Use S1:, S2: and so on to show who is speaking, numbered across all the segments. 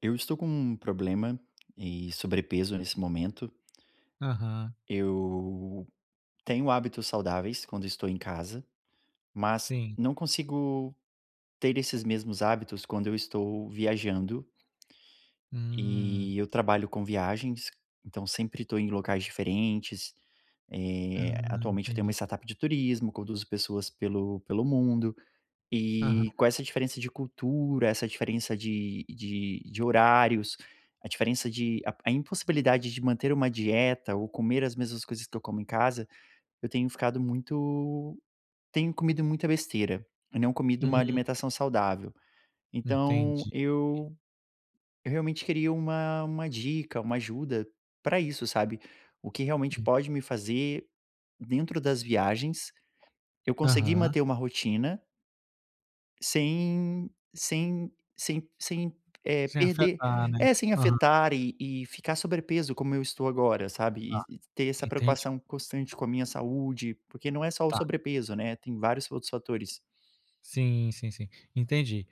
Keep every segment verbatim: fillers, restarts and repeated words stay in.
S1: Eu estou com um problema e sobrepeso nesse momento.
S2: Aham,
S1: Eu tenho hábitos saudáveis quando estou em casa, mas
S2: sim.
S1: não consigo ter esses mesmos hábitos quando eu estou viajando.
S2: Hum.
S1: E eu trabalho com viagens, então sempre estou em locais diferentes.
S2: Ah,
S1: Eh, atualmente eu tenho uma
S2: entendi.
S1: startup de turismo, conduzo pessoas pelo, pelo mundo.
S2: Aham.
S1: E com essa diferença de cultura, essa diferença de de de horários, a diferença de a a impossibilidade de manter uma dieta ou comer as mesmas coisas que eu como em casa, eu tenho ficado muito tenho comido muita besteira, e não comido uma
S2: Hum,
S1: alimentação saudável. Então
S2: entendi,
S1: eu eu realmente queria uma uma dica, uma ajuda para isso, sabe. O que realmente
S2: enten
S1: pode me fazer, dentro das viagens, eu conseguir
S2: aham.
S1: manter uma rotina. Sem sem sem sem, eh,
S2: Sem
S1: perder
S2: afetar, né.
S1: é, sem
S2: Aham,
S1: afetar e e ficar sobrepeso como eu estou agora, sabe,
S2: tá,
S1: e e ter essa
S2: entendi.
S1: preocupação constante com a minha saúde, porque não é só o
S2: Tá.
S1: sobrepeso, né, tem vários outros fatores.
S2: Sim, sim, sim, entendi.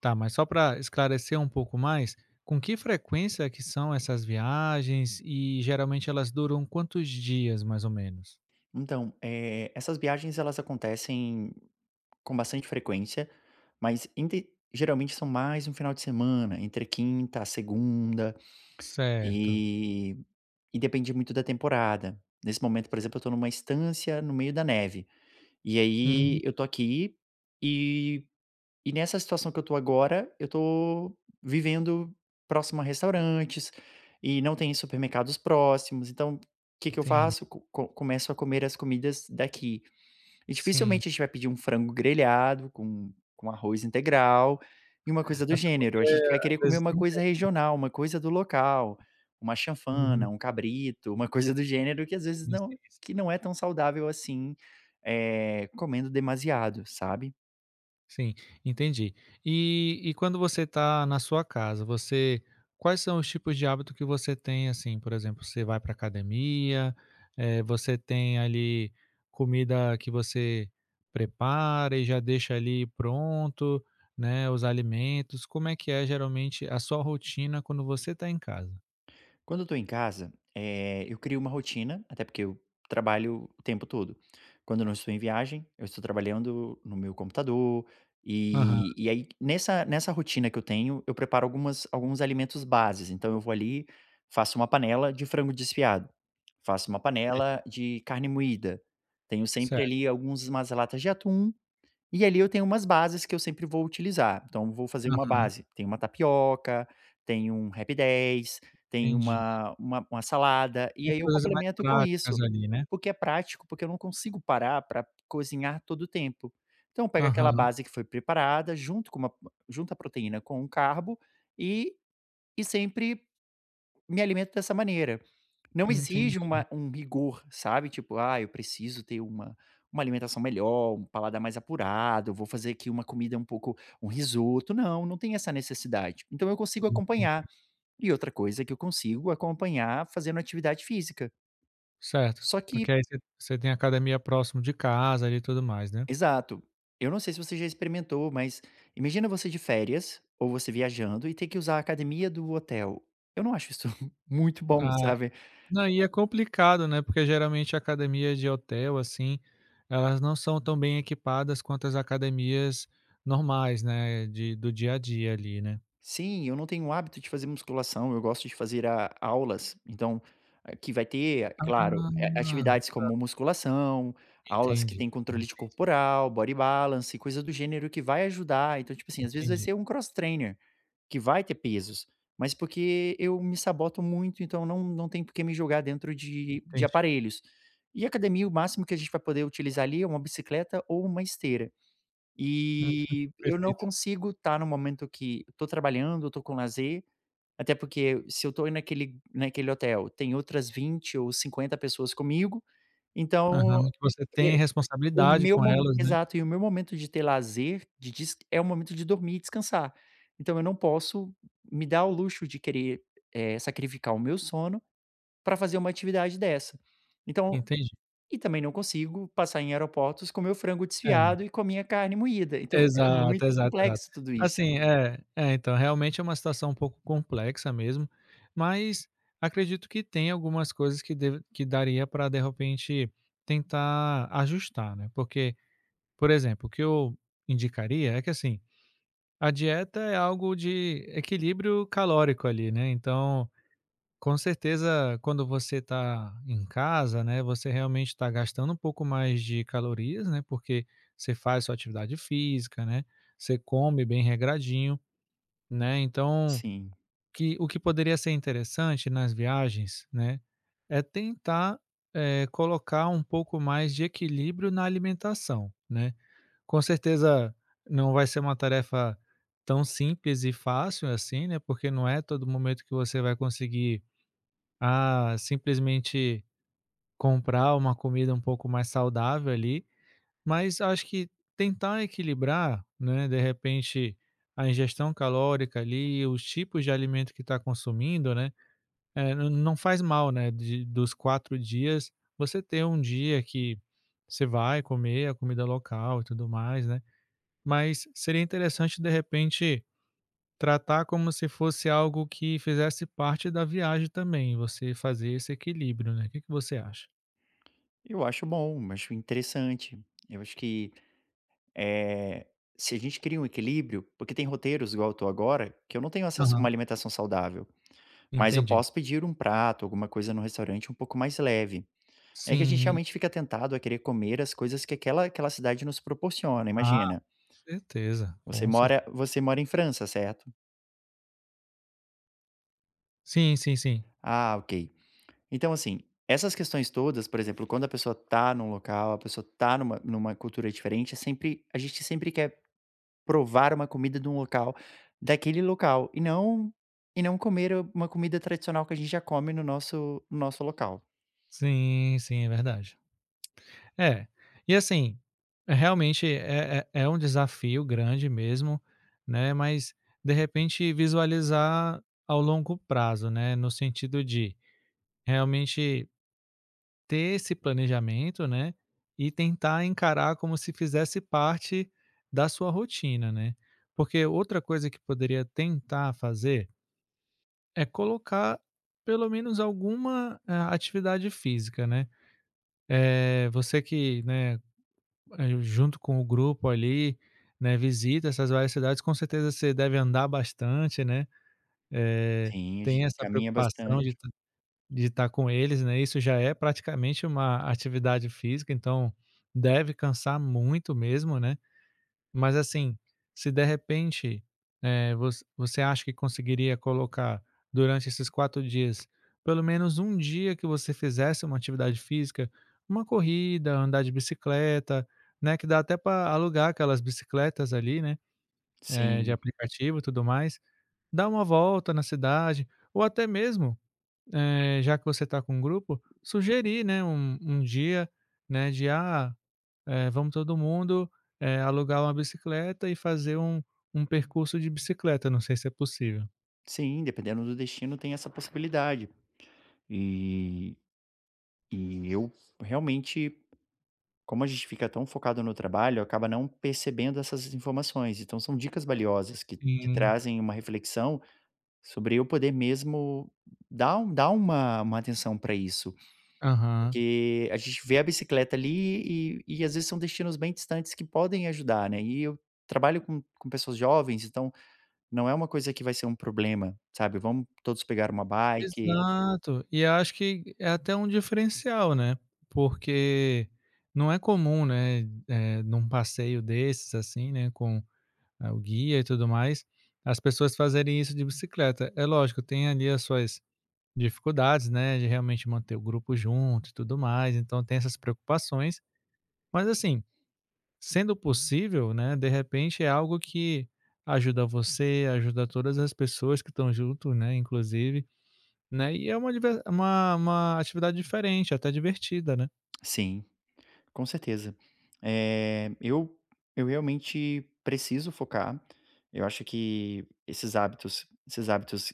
S2: Tá, mas só para esclarecer um pouco mais, com que frequência é que são essas viagens e geralmente elas duram quantos dias, mais ou menos?
S1: Então, eh, essas viagens elas acontecem com bastante frequência, mas inte geralmente são mais no final de semana, entre quinta a segunda,
S2: Certo.
S1: e e depende muito da temporada. Nesse momento, por exemplo, eu estou numa estância no meio da neve. E
S2: Hum,
S1: aí eu tô aqui e e nessa situação que eu tô agora, eu tô vivendo próximo a restaurantes e não tem supermercados próximos, então o que que eu
S2: entendi.
S1: faço? Co co Começo a comer as comidas daqui. E
S2: Sim.
S1: dificilmente a gente vai pedir um frango grelhado com com arroz integral e uma coisa do
S2: Até
S1: gênero.
S2: porque
S1: A gente vai
S2: às
S1: querer comer
S2: vezes
S1: uma
S2: nem tem.
S1: coisa regional, uma coisa do local, uma chanfana,
S2: Uhum,
S1: um cabrito, uma coisa do gênero que às vezes
S2: sim, sim.
S1: não que não é tão saudável assim, eh, comendo demasiado, sabe?
S2: Sim, entendi. E e quando você está na sua casa, você quais são os tipos de hábito que você tem, assim? Por exemplo, você vai para academia, eh, você tem ali comida que você prepara e já deixa ali pronto, né, os alimentos. Como é que é geralmente a sua rotina quando você está em casa?
S1: Quando eu tô em casa, eh, eu crio uma rotina, até porque eu trabalho o tempo todo. Quando eu não estou em viagem, eu estou trabalhando no meu computador,
S2: Aham,
S1: e e aí nessa nessa rotina que eu tenho, eu preparo algumas alguns alimentos bases, então eu vou ali, faço uma panela de frango desfiado, faço uma panela
S2: perfeito.
S1: de carne moída, tenho sempre
S2: Certo.
S1: ali alguns umas latas de atum e ali eu tenho umas bases que eu sempre vou utilizar. Então vou fazer uma
S2: Aham,
S1: base, tem uma tapioca, tem um rap dez, tem
S2: entendi.
S1: uma uma uma salada, e
S2: São
S1: aí eu
S2: coisas mais
S1: complemento com isso,
S2: práticas ali, né?
S1: porque é prático, porque eu não consigo parar para cozinhar todo o tempo. Então pega aquela
S2: Aham,
S1: base que foi preparada, junto com uma junto a proteína com um carbo, e e sempre me alimento dessa maneira. Não exige
S2: entendi,
S1: uma um rigor, sabe, tipo: "Ah, eu preciso ter uma uma alimentação melhor, um paladar mais apurado, eu vou fazer aqui uma comida um pouco um risoto", não, não tem essa necessidade. Então eu consigo
S2: entendi.
S1: acompanhar. E outra coisa é que eu consigo acompanhar fazendo atividade física.
S2: Certo,
S1: Só que
S2: porque aí você você tem academia próximo de casa ali e tudo mais, né.
S1: exato. Eu não sei se você já experimentou, mas imagina você de férias ou você viajando e ter que usar a academia do hotel. Eu não acho isso muito bom,
S2: Ah,
S1: sabe.
S2: não, e é complicado, né, porque geralmente academias de hotel, assim, elas não são tão bem equipadas quanto as academias normais, né, de do dia a dia ali, né.
S1: Sim, eu não tenho o hábito de fazer musculação, eu gosto de fazer a aulas, então, eh, que vai ter, é claro,
S2: Ah,
S1: a atividades como musculação, aulas que
S2: entendi,
S1: tem controle de corporal, body balance e coisa do gênero que vai ajudar, então, tipo assim, às vezes vai
S2: entendi,
S1: ser um cross trainer, que vai ter pesos, mas porque eu me saboto muito, então não não tem por que me jogar dentro de de
S2: entendi.
S1: aparelhos. E academia, o máximo que a gente vai poder utilizar ali é uma bicicleta ou uma esteira.
S2: Uhum,
S1: E eu não
S2: perfeito.
S1: consigo estar no momento que estou trabalhando, estou com lazer, até porque se eu estou naquele naquele hotel, tem outras vinte ou cinquenta pessoas comigo, então
S2: Aham, que você tem
S1: eu o
S2: responsabilidade
S1: meu
S2: com
S1: mo
S2: elas, né.
S1: exato, e o meu momento de ter lazer, de des é o momento de dormir e descansar. Então eu não posso me dar o luxo de querer, eh, sacrificar o meu sono para fazer uma atividade dessa. Então
S2: Entendi,
S1: e também não consigo passar em aeroportos com meu frango
S2: é.
S1: desfiado e com a minha carne moída. Então é
S2: Exato,
S1: muito
S2: exato, exato.
S1: complexo tudo isso.
S2: Assim, é, é, então, realmente é uma situação um pouco complexa mesmo, mas acredito que tem algumas coisas que deve que daria para de repente tentar ajustar, né, porque, por exemplo, o que eu indicaria é que, assim, a dieta é algo de equilíbrio calórico ali, né, então com certeza, quando você está em casa, né, você realmente está gastando um pouco mais de calorias, né, porque você faz sua atividade física, né, você come bem regradinho, né, então
S1: Sim,
S2: que, o que poderia ser interessante nas viagens, né, é tentar, eh, colocar um pouco mais de equilíbrio na alimentação, né. Com certeza não vai ser uma tarefa tão simples e fácil assim, né, porque não é todo momento que você vai conseguir a simplesmente comprar uma comida um pouco mais saudável ali, mas acho que tentar equilibrar, né, de repente a ingestão calórica ali, os tipos de alimento que está consumindo, né, eh, n- não faz mal, né, de- dos quatro dias, você ter um dia que você vai comer a comida local e tudo mais, né, mas seria interessante de repente tratar como se fosse algo que fizesse parte da viagem também, você fazer esse equilíbrio, né. O que que você acha?
S1: eu acho bom, acho interessante. Eu acho que, eh, se a gente cria um equilíbrio porque tem roteiros igual eu tô agora, que eu não tenho acesso a uma
S2: Aham.
S1: alimentação saudável, mas eu
S2: Entendi.
S1: posso pedir um prato, alguma coisa no restaurante um pouco mais leve. É que a gente
S2: Sim.
S1: realmente fica tentado a querer comer as coisas que aquela aquela cidade nos proporciona.
S2: Ah,
S1: Imagina,
S2: com certeza,
S1: você
S2: com
S1: mora
S2: certeza.
S1: você mora em França, certo?
S2: Sim, sim, sim.
S1: Ah, ok. Então, assim, essas questões todas, por exemplo, quando a pessoa tá num local, a pessoa tá numa numa cultura diferente, é sempre a gente sempre quer provar uma comida de um local, daquele local, e não e não comer uma comida tradicional que a gente já come no nosso no nosso local.
S2: Sim, sim, é verdade. É, e assim, realmente é é é um desafio grande mesmo, né, mas de repente visualizar ao longo prazo, né, no sentido de realmente ter esse planejamento, né, e tentar encarar como se fizesse parte da sua rotina, né. Porque outra coisa que poderia tentar fazer é colocar pelo menos alguma, ah, atividade física, né. Eh, você que, né, eh, junto com o grupo ali, né, visita essas várias cidades, com certeza você deve andar bastante, né, eh,
S1: Sim, a
S2: tem
S1: gente
S2: essa
S1: caminha
S2: preocupação de
S1: bastante.
S2: de estar com eles, né, isso já é praticamente uma atividade física, então deve cansar muito mesmo, né. Mas assim, se de repente, eh, voc você acha que conseguiria colocar durante esses quatro dias, pelo menos um dia que você fizesse uma atividade física, uma corrida, andar de bicicleta, né, que dá até para alugar aquelas bicicletas ali, né, eh, de
S1: Sim,
S2: aplicativo e tudo mais, dar uma volta na cidade, ou até mesmo, eh, já que você está com um grupo, sugerir, né, um, um dia, né, de ah, eh, vamos todo mundo, eh, alugar uma bicicleta e fazer um, um percurso de bicicleta. Não sei se é possível.
S1: sim, dependendo do destino tem essa possibilidade. E e eu realmente como a gente fica tão focado no trabalho, acaba não percebendo essas informações. Então, são dicas valiosas que, que
S2: Sim,
S1: trazem uma reflexão sobre eu poder mesmo dar, um- dar uma, uma atenção para isso.
S2: aham.
S1: Porque a gente vê a bicicleta ali e, e às vezes são destinos bem distantes que podem ajudar, né? E eu trabalho com, com pessoas jovens, então não é uma coisa que vai ser um problema, sabe? Vamos todos pegar uma bike.
S2: Exato. E acho que é até um diferencial, né? Porque não é comum, né, eh, num passeio desses, assim, né, com ah, o guia e tudo mais, as pessoas fazerem isso de bicicleta. É lógico, tem ali as suas dificuldades, né, de realmente manter o grupo junto e tudo mais, então tem essas preocupações, mas assim, sendo possível, né, de repente é algo que ajuda você, ajuda todas as pessoas que estão junto, né, inclusive, né, e é uma diver uma uma atividade diferente, até divertida, né.
S1: Sim. Com certeza. Eh, eu eu realmente preciso focar. Eu acho que esses hábitos esses hábitos,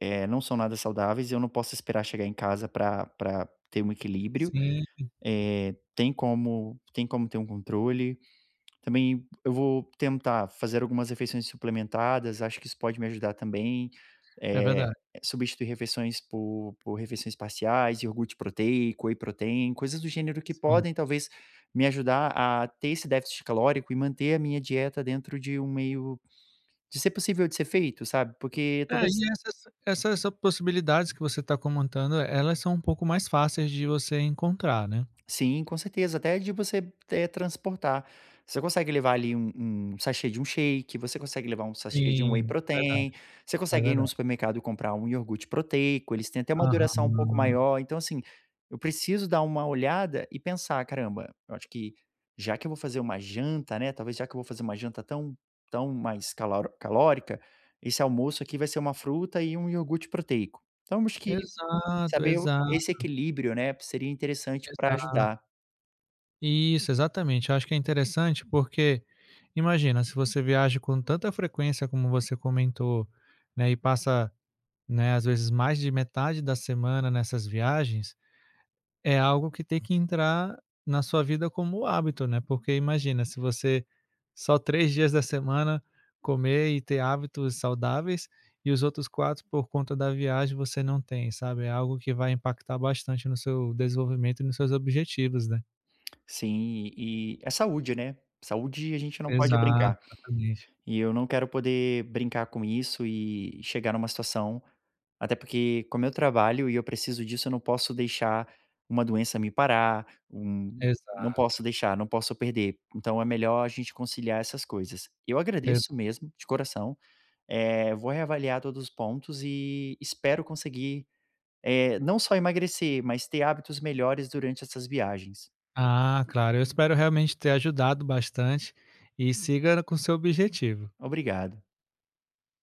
S1: eh, não são nada saudáveis e eu não posso esperar chegar em casa para ter um equilíbrio.
S2: Sim,
S1: Eh, tem como tem como ter um controle, também eu vou tentar fazer algumas refeições suplementadas, acho que isso pode me ajudar também,
S2: é
S1: eh,
S2: verdade,
S1: substituir refeições por por refeições parciais, iogurte proteico, whey protein, coisas do gênero que
S2: sim.
S1: podem talvez me ajudar a ter esse déficit calórico e manter a minha dieta dentro de um meio de ser possível de ser feito, sabe, porque
S2: É,
S1: talvez
S2: e essas essas possibilidades que você está comentando, elas são um pouco mais fáceis de você encontrar, né.
S1: sim, com certeza. Até de você, eh, transportar. Você consegue levar ali um um sachê de um shake, você consegue levar um sachê de um whey
S2: Sim, é
S1: protein,
S2: verdade,
S1: você
S2: é
S1: consegue ir num
S2: verdade.
S1: supermercado e comprar um iogurte proteico, eles têm até uma duração um pouco
S2: Aham.
S1: maior. Então, assim, eu preciso dar uma olhada e pensar: "Caramba, eu acho que já que eu vou fazer uma janta, né, talvez já que eu vou fazer uma janta tão tão mais calor calórica, esse almoço aqui vai ser uma fruta e um iogurte proteico". Então, acho que
S2: Exato,
S1: saber o
S2: exato,
S1: esse equilíbrio, né, seria interessante para
S2: exato.
S1: ajudar.
S2: Isso, exatamente. Eu acho que é interessante porque, imagina, se você viaja com tanta frequência como você comentou, né, e passa, né, às vezes mais de metade da semana nessas viagens, é algo que tem que entrar na sua vida como hábito, né, porque imagina, se você só três dias da semana comer e ter hábitos saudáveis, e os outros quatro por conta da viagem você não tem, sabe, é algo que vai impactar bastante no seu desenvolvimento e nos seus objetivos, né.
S1: Sim, e é saúde, né. Saúde a gente não pode
S2: Exato,
S1: brincar.
S2: exatamente.
S1: E eu não quero poder brincar com isso e chegar numa situação até porque como eu trabalho e eu preciso disso, eu não posso deixar uma doença me parar, um não posso
S2: Exato,
S1: deixar, não posso perder. Então é melhor a gente conciliar essas coisas. Eu
S2: exa
S1: agradeço mesmo, de coração, eh, vou reavaliar todos os pontos e espero conseguir, eh, não só emagrecer, mas ter hábitos melhores durante essas viagens.
S2: Ah, claro, eu espero realmente ter ajudado bastante e siga com seu objetivo.
S1: Obrigado.